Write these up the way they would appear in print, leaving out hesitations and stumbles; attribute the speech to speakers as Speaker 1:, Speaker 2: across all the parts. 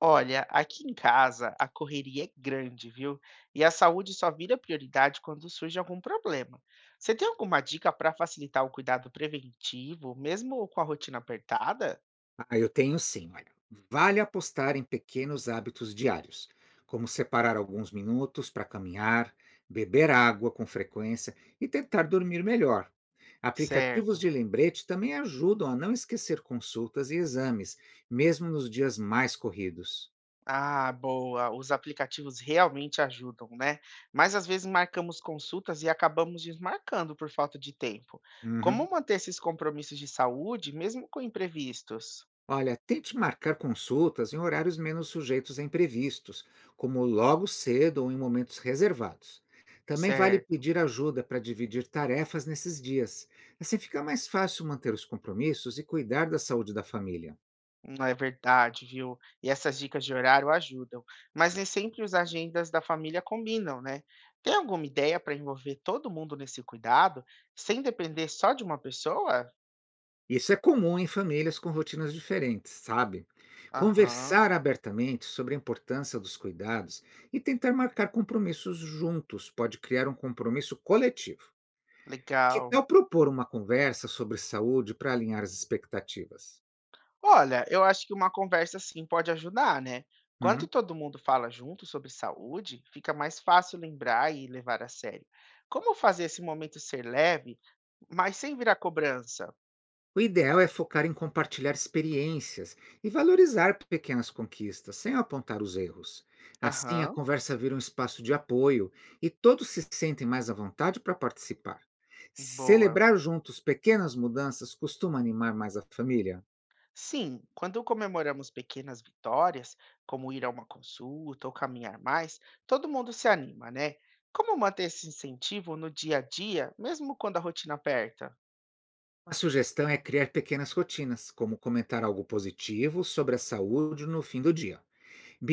Speaker 1: Olha, aqui em casa a correria é grande, viu? E a saúde só vira prioridade quando surge algum problema. Você tem alguma dica para facilitar o cuidado preventivo, mesmo com a rotina apertada?
Speaker 2: Ah, eu tenho sim, olha. Vale apostar em pequenos hábitos diários, como separar alguns minutos para caminhar, beber água com frequência e tentar dormir melhor. Aplicativos
Speaker 1: Certo.
Speaker 2: de lembrete também ajudam a não esquecer consultas e exames, mesmo nos dias mais corridos.
Speaker 1: Ah, boa. Os aplicativos realmente ajudam, né? Mas às vezes marcamos consultas e acabamos desmarcando por falta de tempo. Como
Speaker 2: Uhum.
Speaker 1: manter esses compromissos de saúde, mesmo com imprevistos?
Speaker 2: Olha, tente marcar consultas em horários menos sujeitos a imprevistos, como logo cedo ou em momentos reservados. Também vale
Speaker 1: Certo.
Speaker 2: pedir ajuda para dividir tarefas nesses dias. Assim fica mais fácil manter os compromissos e cuidar da saúde da família.
Speaker 1: Não é verdade, viu? E essas dicas de horário ajudam, mas nem sempre as agendas da família combinam, né? Tem alguma ideia para envolver todo mundo nesse cuidado, sem depender só de uma pessoa?
Speaker 2: Isso é comum em famílias com rotinas diferentes, sabe?
Speaker 1: Aham,
Speaker 2: Conversar abertamente sobre a importância dos cuidados e tentar marcar compromissos juntos pode criar um compromisso coletivo. Que
Speaker 1: legal.
Speaker 2: tal propor uma conversa sobre saúde para alinhar as expectativas?
Speaker 1: Olha, eu acho que uma conversa assim pode ajudar, né? Quando
Speaker 2: Uhum.
Speaker 1: todo mundo fala junto sobre saúde, fica mais fácil lembrar e levar a sério. Como fazer esse momento ser leve, mas sem virar cobrança?
Speaker 2: O ideal é focar em compartilhar experiências e valorizar pequenas conquistas, sem apontar os erros. Assim, a
Speaker 1: Aham,
Speaker 2: conversa vira um espaço de apoio e todos se sentem mais à vontade para participar.
Speaker 1: boa.
Speaker 2: Celebrar juntos pequenas mudanças costuma animar mais a família.
Speaker 1: Sim, quando comemoramos pequenas vitórias, como ir a uma consulta ou caminhar mais, todo mundo se anima, né? Como manter esse incentivo no dia a dia, mesmo quando a rotina aperta?
Speaker 2: Uma sugestão é criar pequenas rotinas, como comentar algo positivo sobre a saúde no fim do dia.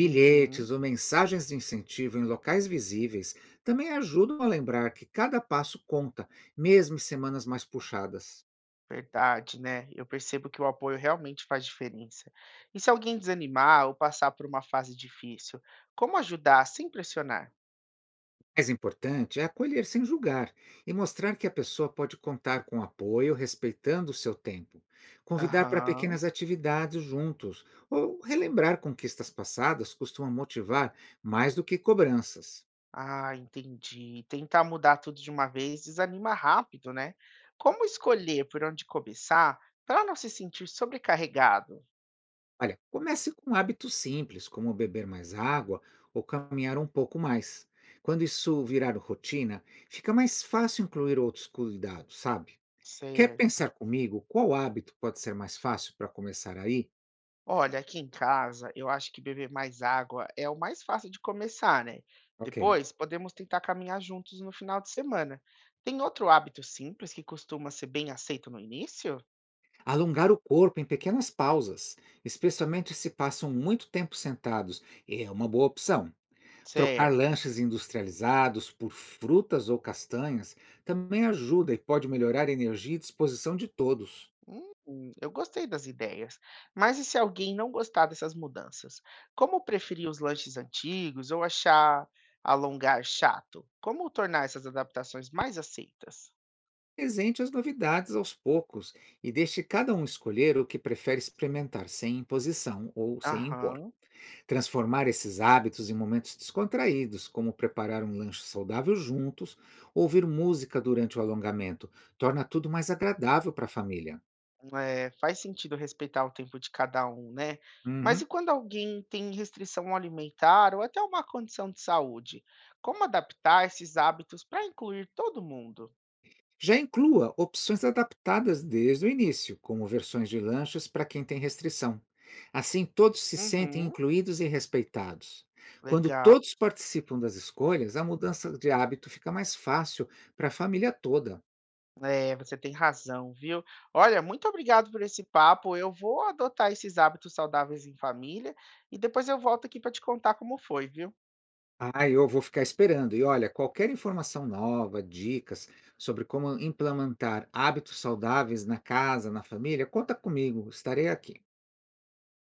Speaker 1: Uhum,
Speaker 2: ou mensagens de incentivo em locais visíveis também ajudam a lembrar que cada passo conta, mesmo em semanas mais puxadas.
Speaker 1: verdade, né? Eu percebo que o apoio realmente faz diferença. E se alguém desanimar ou passar por uma fase difícil, como ajudar sem pressionar?
Speaker 2: Mais importante é acolher sem julgar e mostrar que a pessoa pode contar com apoio, respeitando o seu tempo. Convidar para
Speaker 1: Aham.
Speaker 2: pequenas atividades juntos ou relembrar conquistas passadas costuma motivar mais do que cobranças.
Speaker 1: Ah, entendi. Tentar mudar tudo de uma vez desanima rápido, né? Como escolher por onde começar para não se sentir sobrecarregado?
Speaker 2: Olha, comece com hábitos simples, como beber mais água ou caminhar um pouco mais. Quando isso virar rotina, fica mais fácil incluir outros cuidados, sabe? Quer
Speaker 1: Certo.
Speaker 2: pensar comigo qual hábito pode ser mais fácil para começar aí?
Speaker 1: Olha, aqui em casa, eu acho que beber mais água é o mais fácil de começar, né?
Speaker 2: Ok.
Speaker 1: Depois, podemos tentar caminhar juntos no final de semana. Tem outro hábito simples que costuma ser bem aceito no início?
Speaker 2: Alongar o corpo em pequenas pausas, especialmente se passam muito tempo sentados, é uma boa opção. Trocar
Speaker 1: Certo.
Speaker 2: lanches industrializados por frutas ou castanhas também ajuda e pode melhorar a energia e disposição de todos.
Speaker 1: Eu gostei das ideias. Mas e se alguém não gostar dessas mudanças? Como preferir os lanches antigos ou achar alongar chato? Como tornar essas adaptações mais aceitas?
Speaker 2: Presente as novidades aos poucos e deixe cada um escolher o que prefere experimentar, sem imposição ou sem impor.
Speaker 1: Aham,
Speaker 2: Transformar esses hábitos em momentos descontraídos, como preparar um lanche saudável juntos, ouvir música durante o alongamento, torna tudo mais agradável para a família.
Speaker 1: é, faz sentido respeitar o tempo de cada um, né? Mas e
Speaker 2: Uhum.
Speaker 1: quando alguém tem restrição alimentar ou até uma condição de saúde? Como adaptar esses hábitos para incluir todo mundo?
Speaker 2: Já inclua opções adaptadas desde o início, como versões de lanches para quem tem restrição. Assim, todos se sentem
Speaker 1: Uhum,
Speaker 2: incluídos e respeitados. Quando
Speaker 1: legal.
Speaker 2: todos participam das escolhas, a mudança de hábito fica mais fácil para a família toda.
Speaker 1: É, você tem razão, viu. Olha, muito obrigado por esse papo. Eu vou adotar esses hábitos saudáveis em família e depois eu volto aqui para te contar como foi, viu.
Speaker 2: Ah, eu vou ficar esperando. E olha, qualquer informação nova, dicas sobre como implementar hábitos saudáveis na casa, na família, conta comigo, estarei aqui.